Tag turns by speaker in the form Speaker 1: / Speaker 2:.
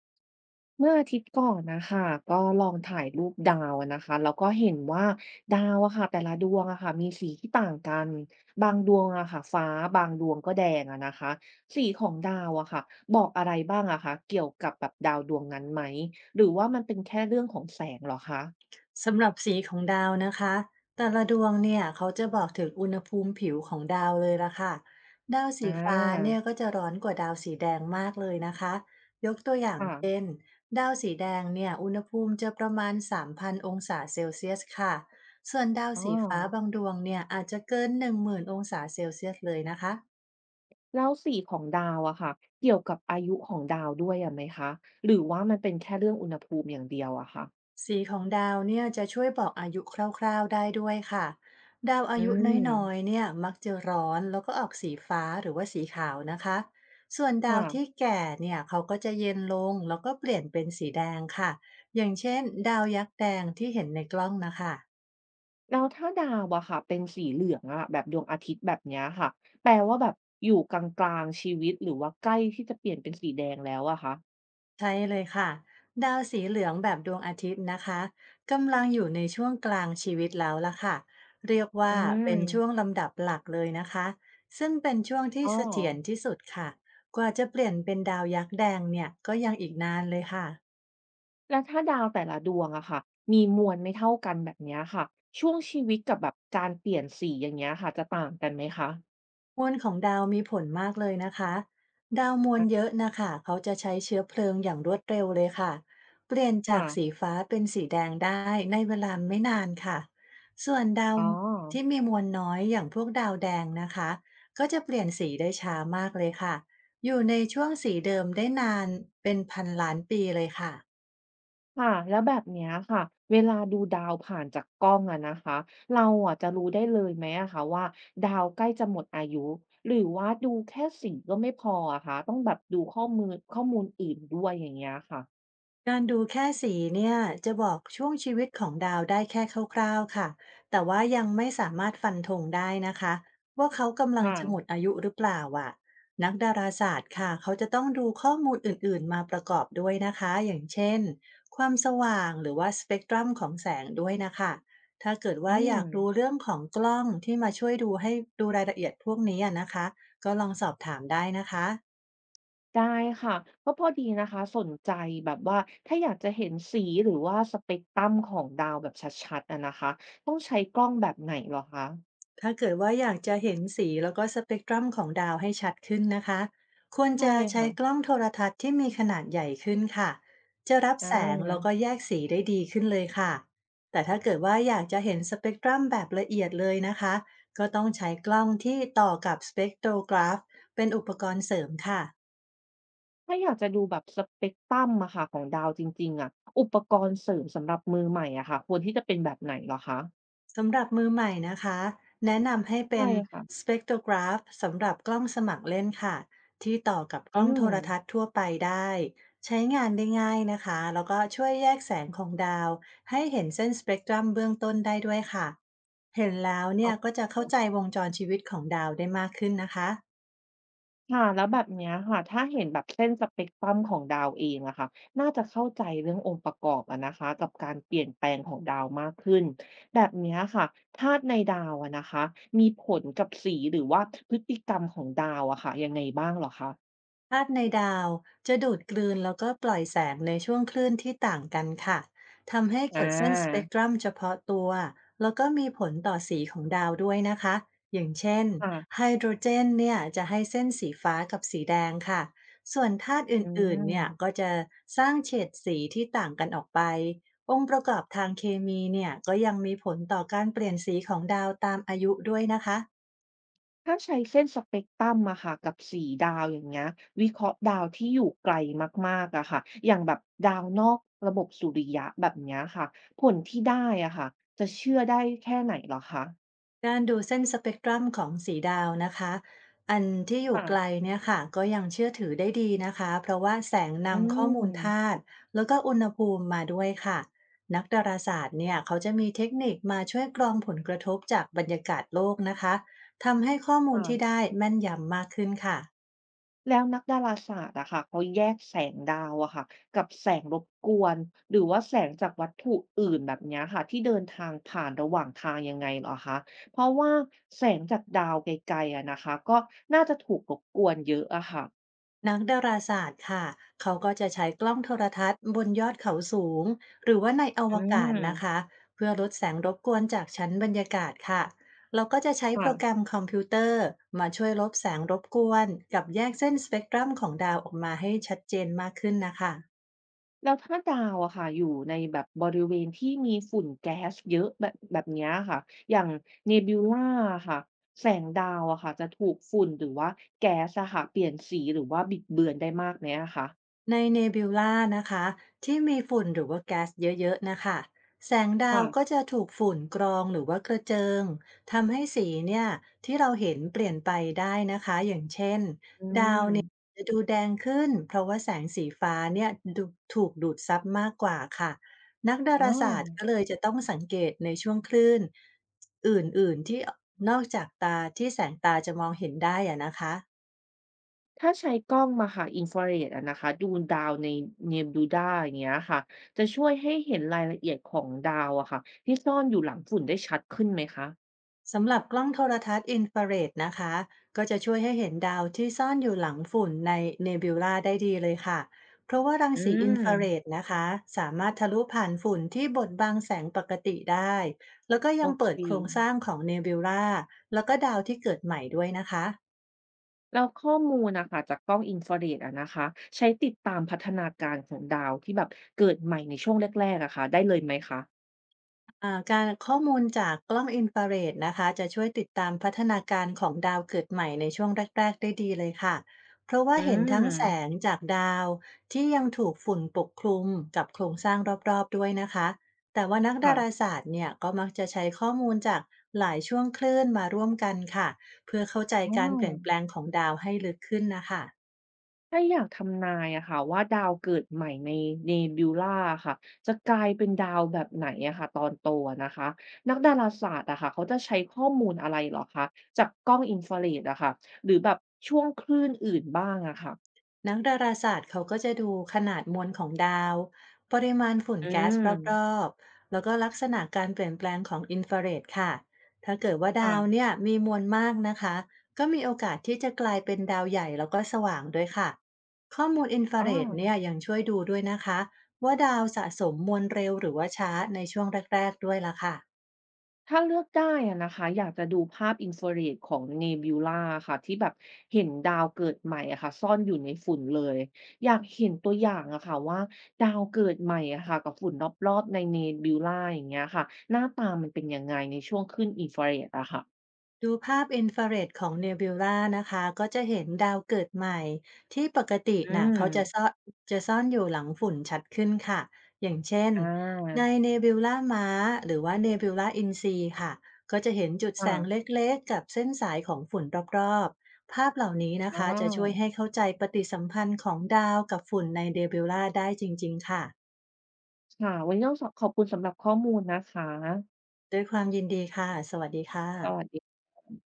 Speaker 1: เมื่ออาทิตย์ก่อนนะคะก็ลองถ่ายรูปดาวอะนะคะแล้วก็เห็นว่าดาวอะค่ะแต่ละดวงอะค่ะมีสีที่ต่างกันบางดวงอะค่ะฟ้าบางดวงก็แดงอะนะคะสีของดาวอะค่ะบอกอะไรบ้างอะคะเกี่ยวกับแบบดาวดวงนั้นไหมหรือว่ามันเป็นแค่เรื่องของแสงเหรอคะ
Speaker 2: สำหรับสีของดาวนะคะแต่ละดวงเนี่ยเขาจะบอกถึงอุณหภูมิผิวของดาวเลยละค่ะดาว
Speaker 1: อ
Speaker 2: สีฟ้าเนี่ย
Speaker 1: า
Speaker 2: ก็จะร้อนกว่าดาวสีแดงมากเลยนะคะยกตัวอย่างเช่
Speaker 1: ค่ะ
Speaker 2: นดาวสีแดงเนี่ยอุณหภูมิจะประมาณ3,000องศาเซลเซียสค่ะส่วนดาว
Speaker 1: อ๋อ
Speaker 2: สีฟ้าบางดวงเนี่ยอาจจะเกิน10,000องศาเซลเซียสเลยนะคะ
Speaker 1: แล้วสีของดาวอะค่ะเกี่ยวกับอายุของดาวด้วยอะไหมคะหรือว่ามันเป็นแค่เรื่องอุณหภูมิอย่างเดียวอะค่ะ
Speaker 2: สีของดาวเนี่ยจะช่วยบอกอายุคร่าวๆได้ด้วยค่ะดาวอา
Speaker 1: อื
Speaker 2: ยุน้อย
Speaker 1: ม
Speaker 2: ๆเนี่ยมักจะร้อนแล้วก็ออกสีฟ้าหรือว่าสีขาวนะคะส่วนดาวที่
Speaker 1: ค่ะ
Speaker 2: แก่เนี่ยเขาก็จะเย็นลงแล้วก็เปลี่ยนเป็นสีแดงค่ะอย่างเช่นดาวยักษ์แดงที่เห็นในกล้องนะคะ
Speaker 1: แล้วถ้าดาวอะค่ะเป็นสีเหลืองอะแบบดวงอาทิตย์แบบเนี้ยค่ะแปลว่าแบบอยู่กลางๆชีวิตหรือว่าใกล้ที่จะเปลี่ยนเป็นสีแดงแล้วอะคะ
Speaker 2: ใช่เลยค่ะดาวสีเหลืองแบบดวงอาทิตย์นะคะกำลังอยู่ในช่วงกลางชีวิตแล้วล่ะค่ะเรียก
Speaker 1: อื
Speaker 2: ว่าเป็นช่วง
Speaker 1: ม
Speaker 2: ลำดับหลักเลยนะคะซึ่งเป็นช่วงที่
Speaker 1: อ๋อ
Speaker 2: เสถียรที่สุดค่ะกว่าจะเปลี่ยนเป็นดาวยักษ์แดงเนี่ยก็ยังอีกนานเลยค่ะ
Speaker 1: แล้วถ้าดาวแต่ละดวงอะค่ะมีมวลไม่เท่ากันแบบเนี้ยค่ะช่วงชีวิตกับแบบการเปลี่ยนสีอย่างเงี้ยค่ะจะต่างกันไหมคะ
Speaker 2: มวลของดาวมีผลมากเลยนะคะดาวมวลเยอะนะคะเขาจะใช้เชื้อเพลิงอย่างรวดเร็วเลยค่ะเปลี่ยนจากสี
Speaker 1: ค่ะ
Speaker 2: ฟ้าเป็นสีแดงได้ในเวลาไม่นานค่ะส่วนดาว
Speaker 1: อ๋อ
Speaker 2: ที่มีมวลน้อยอย่างพวกดาวแดงนะคะก็จะเปลี่ยนสีได้ช้ามากเลยค่ะอยู่ในช่วงสีเดิมได้นานเป็นพันล้านปีเลยค่ะ
Speaker 1: ค่ะแล้วแบบเนี้ยค่ะเวลาดูดาวผ่านจากกล้องอะนะคะเราอะจะรู้ได้เลยไหมอะคะว่าดาวใกล้จะหมดอายุหรือว่าดูแค่สีก็ไม่พออะคะต้องแบบดูข้อมูลอื่นด้วยอย่างเงี้ยค่ะ
Speaker 2: การดูแค่สีเนี่ยจะบอกช่วงชีวิตของดาวได้แค่คร่าวๆค่ะแต่ว่ายังไม่สามารถฟันธงได้นะคะว่าเขากำลัง
Speaker 1: ค่ะ
Speaker 2: จะหมดอายุหรือเปล่าอ่ะนักดาราศาสตร์ค่ะเขาจะต้องดูข้อมูลอื่นๆมาประกอบด้วยนะคะอย่างเช่นความสว่างหรือว่าสเปกตรัมของแสงด้วยนะคะถ้าเกิด
Speaker 1: อื
Speaker 2: ว่าอ
Speaker 1: ม
Speaker 2: ยากรู้เรื่องของกล้องที่มาช่วยดูดูรายละเอียดพวกนี้อะนะคะก็ลองสอบถามได้นะคะ
Speaker 1: ได้ค่ะก็พอดีนะคะสนใจแบบว่าถ้าอยากจะเห็นสีหรือว่าสเปกตรัมของดาวแบบชัดๆอะนะคะต้องใช้กล้องแบบไหนเหรอคะ
Speaker 2: ถ้าเกิดว่าอยากจะเห็นสีแล้วก็สเปกตรัมของดาวให้ชัดขึ้นนะคะควร
Speaker 1: ใช่
Speaker 2: จะใช้
Speaker 1: ค่ะ
Speaker 2: กล้องโทรทัศน์ที่มีขนาดใหญ่ขึ้นค่ะจะรับ
Speaker 1: อ
Speaker 2: แสงแล้วก็
Speaker 1: า
Speaker 2: แยกสีได้ดีขึ้นเลยค่ะแต่ถ้าเกิดว่าอยากจะเห็นสเปกตรัมแบบละเอียดเลยนะคะก็ต้องใช้กล้องที่ต่อกับสเปกโทรกราฟเป็นอุปกรณ์เสริมค่ะ
Speaker 1: ถ้าอยากจะดูแบบสเปกตรัมอะค่ะของดาวจริงๆอะอุปกรณ์เสริมสำหรับมือใหม่อะค่ะควรที่จะเป็นแบบไหนเหรอคะ
Speaker 2: สำหรับมือใหม่นะคะแนะนำให้เป็
Speaker 1: ใช่
Speaker 2: น
Speaker 1: ค่ะ
Speaker 2: spectrograph สำหรับกล้องสมัครเล่นค่ะที่ต่อกับก
Speaker 1: อื
Speaker 2: ล้อง
Speaker 1: ม
Speaker 2: โทรทัศน์ทั่วไปได้ใช้งานได้ง่ายนะคะแล้วก็ช่วยแยกแสงของดาวให้เห็นเส้นสเปกตรัมเบื้องต้นได้ด้วยค่ะเห็นแล้ว
Speaker 1: อ๋
Speaker 2: เนี่ยก็
Speaker 1: อ
Speaker 2: จะเข้าใจวงจรชีวิตของดาวได้มากขึ้นนะคะ
Speaker 1: ค่ะแล้วแบบเนี้ยค่ะถ้าเห็นแบบเส้นสเปกตรัมของดาวเองอะค่ะน่าจะเข้าใจเรื่ององค์ประกอบอะนะคะกับการเปลี่ยนแปลงของดาวมากขึ้นแบบเนี้ยค่ะธาตุในดาวอะนะคะมีผลกับสีหรือว่าพฤติกรรมของดาวอะค่ะยังไงบ้างเหรอคะ
Speaker 2: ธาตุในดาวจะดูดกลืนแล้วก็ปล่อยแสงในช่วงคลื่นที่ต่างกันค่ะทำให้
Speaker 1: อ
Speaker 2: เกิดเส้นสเปก
Speaker 1: า
Speaker 2: ตรัมเฉพาะตัวแล้วก็มีผลต่อสีของดาวด้วยนะคะอย่างเช่นไฮ
Speaker 1: ค่ะ
Speaker 2: โดรเจนเนี่ยจะให้เส้นสีฟ้ากับสีแดงค่ะส่วนธาตุอ
Speaker 1: อื
Speaker 2: ื่นๆเนี่ยก็
Speaker 1: ม
Speaker 2: จะสร้างเฉดสีที่ต่างกันออกไปองค์ประกอบทางเคมีเนี่ยก็ยังมีผลต่อการเปลี่ยนสีของดาวตามอายุด้วยนะคะ
Speaker 1: ถ้าใช้เส้นสเปกตรัมอะค่ะกับ4ดาวอย่างเงี้ยวิเคราะห์ดาวที่อยู่ไกลมากๆอะค่ะอย่างแบบดาวนอกระบบสุริยะแบบเนี้ยค่ะผลที่ได้อะค่ะจะเชื่อได้แค่ไหนเหรอคะ
Speaker 2: การดูเส้นสเปกตรัมของสีดาวนะคะอันที่อยู่ไกล
Speaker 1: ค่ะ
Speaker 2: เนี่ยค่ะก็ยังเชื่อถือได้ดีนะคะเพราะว่าแสง
Speaker 1: อื
Speaker 2: นำข้อมูลธา
Speaker 1: ม
Speaker 2: ตุแล้วก็อุณหภูมิมาด้วยค่ะนักดาราศาสตร์เนี่ยเขาจะมีเทคนิคมาช่วยกรองผลกระทบจากบรรยากาศโลกนะคะทำให้ข้อมูลที่
Speaker 1: ค่ะ
Speaker 2: ได้แม่นยำมากขึ้นค่ะ
Speaker 1: แล้วนักดาราศาสตร์อะค่ะเขาแยกแสงดาวอะค่ะกับแสงรบกวนหรือว่าแสงจากวัตถุอื่นแบบเนี้ยค่ะที่เดินทางผ่านระหว่างทางยังไงเหรอคะเพราะว่าแสงจากดาวไกลๆอะนะคะก็น่าจะถูกรบกวนเยอะอะค่ะ
Speaker 2: นักดาราศาสตร์ค่ะ เขาก็จะใช้กล้องโทรทัศน์บนยอดเขาสูงหรือว่าในอว
Speaker 1: อื
Speaker 2: กาศ
Speaker 1: ม
Speaker 2: นะคะ เพื่อลดแสงรบกวนจากชั้นบรรยากาศค่ะ เราก็จะใช้โป
Speaker 1: ค่ะ
Speaker 2: รแกรมคอมพิวเตอร์มาช่วยลบแสงรบกวนกับแยกเส้นสเปกตรัมของดาวออกมาให้ชัดเจนมากขึ้นนะคะ
Speaker 1: แล้วถ้าดาวอะค่ะอยู่ในแบบบริเวณที่มีฝุ่นแก๊สเยอะแบบเนี้ยค่ะอย่างเนบิวลาอะค่ะแสงดาวอะค่ะจะถูกฝุ่นหรือว่าแก๊สอะค่ะเปลี่ยนสีหรือว่าบิดเบือนได้มากไหมอะคะ
Speaker 2: ในเนบิวลานะคะที่มีฝุ่นหรือว่าแก๊สเยอะๆนะคะ แสงดาว
Speaker 1: ค่ะ
Speaker 2: ก็จะถูกฝุ่นกรองหรือว่ากระเจิงทำให้สีเนี่ยที่เราเห็นเปลี่ยนไปได้นะคะอย่างเช่น
Speaker 1: อืม
Speaker 2: จะดูแดงขึ้นเพราะว่าแสงสีฟ้าเนี่ยดูถูกดูดซับมากกว่าค่ะนักดา
Speaker 1: อ๋
Speaker 2: ราศาสต
Speaker 1: อ
Speaker 2: ร์ก็เลยจะต้องสังเกตในช่วงคลื่นอื่นๆที่นอกจากตาที่แสงตาจะมองเห็นได้อะนะคะ
Speaker 1: ถ้าใช้กล้องมาค่ะอินฟราเรดอะนะคะดูดาวในเนบิวลาอย่างเงี้ยค่ะจะช่วยให้เห็นรายละเอียดของดาวอะค่ะที่ซ่อนอยู่หลังฝุ่นได้ชัดขึ้นไหมคะ
Speaker 2: สำหรับกล้องโทรทัศน์อินฟราเรดนะคะก็จะช่วยให้เห็นดาวที่ซ่อนอยู่หลังฝุ่นในเนบิวลาได้ดีเลยค่ะเพราะว่ารัง
Speaker 1: อื
Speaker 2: สีอิ
Speaker 1: ม
Speaker 2: นฟราเรดนะคะสามารถทะลุผ่านฝุ่นที่บดบังแสงปกติได้แล้วก็
Speaker 1: โอ
Speaker 2: ยัง
Speaker 1: เค
Speaker 2: เปิดโครงสร้างของเนบิวลาแล้วก็ดาวที่เกิดใหม่ด้วยนะคะ
Speaker 1: แล้วข้อมูลนะคะจากกล้องอินฟราเรดอะนะคะใช้ติดตามพัฒนาการของดาวที่แบบเกิดใหม่ในช่วงแรกๆอะค่ะได้เลยไหมคะ
Speaker 2: การข้อมูลจากกล้องอินฟราเรดนะคะจะช่วยติดตามพัฒนาการของดาวเกิดใหม่ในช่วงแรกๆได้ดีเลยค่ะเพราะว่า
Speaker 1: อื
Speaker 2: เห็น
Speaker 1: ม
Speaker 2: ทั้งแสงจากดาวที่ยังถูกฝุ่นปกคลุมกับโครงสร้างรอบๆด้วยนะคะแต่ว่านักดารา
Speaker 1: ค่ะ
Speaker 2: ศาสตร์เนี่ยก็มักจะใช้ข้อมูลจากหลายช่วงคลื่นมาร่วมกันค่ะเพื่อเข้าใจ
Speaker 1: อ๋อ
Speaker 2: การเปลี่ยนแปลงของดาวให้ลึกขึ้นนะคะ
Speaker 1: ถ้าอยากทำนายอะค่ะว่าดาวเกิดใหม่ใน Nebula ่าค่ะจะกลายเป็นดาวแบบไหนอะค่ะตอนโตอะนะคะนักดาราศาสตร์อะค่ะเขาจะใช้ข้อมูลอะไรเหรอคะจากกล้องอินฟราเรดอะค่ะหรือแบบช่วงคลื่นอื่นบ้างอะค่ะ
Speaker 2: นักดาราศาสตร์เขาก็จะดูขนาดมวลของดาว ปริมาณฝุ่น
Speaker 1: อื
Speaker 2: แก๊ส
Speaker 1: ม
Speaker 2: รอบๆ แล้วก็ลักษณะการเปลี่ยนแปลงของอินฟราเรดค่ะ ถ้าเกิดว่า
Speaker 1: ค่ะ
Speaker 2: ดาวเนี่ยมีมวลมากนะคะ ก็มีโอกาสที่จะกลายเป็นดาวใหญ่แล้วก็สว่างด้วยค่ะ ข้อมูลอินฟรา
Speaker 1: อ๋อ
Speaker 2: เรดเนี่ยยังช่วยดูด้วยนะคะว่าดาวสะสมมวลเร็วหรือว่าช้าในช่วงแรกๆด้วยล่ะค่ะ
Speaker 1: ถ้าเลือกได้อะนะคะอยากจะดูภาพอินฟราเรดของ Nebula าค่ะที่แบบเห็นดาวเกิดใหม่อะค่ะซ่อนอยู่ในฝุ่นเลยอยากเห็นตัวอย่างอะค่ะว่าดาวเกิดใหม่อะค่ะกับฝุ่นรอบๆใน Nebula อย่างเงี้ยค่ะหน้าตามันเป็นยังไงในช่วงขึ้นอินฟราเรดอะค่ะ
Speaker 2: ดูภาพอินฟราเรดของเนบิวลานะคะก็จะเห็นดาวเกิดใหม่ที่ปกติ
Speaker 1: อื
Speaker 2: น่ะเขาจะ
Speaker 1: ม
Speaker 2: ซ่อนอยู่หลังฝุ่นชัดขึ้นค่ะอย่างเช่น
Speaker 1: อ
Speaker 2: ใน
Speaker 1: า
Speaker 2: เนบิวลาม้าหรือว่าเนบิวลาอินซีค่ะก็จะเห็นจุดแสงเ
Speaker 1: ค่ะ
Speaker 2: ล็กๆกับเส้นสายของฝุ่นรอบๆภาพเหล่านี้นะ
Speaker 1: อ๋
Speaker 2: คะจะช่วย
Speaker 1: อ
Speaker 2: ให้เข้าใจปฏิสัมพันธ์ของดาวกับฝุ่นในเนบิวลาได้จริงๆค่ะ
Speaker 1: ค่ะวันนี้ต้องขอบคุณสำหรับข้อมูลนะคะ
Speaker 2: ด้วยความยินดีค่ะสวัสดีค่ะ
Speaker 1: สวัสดี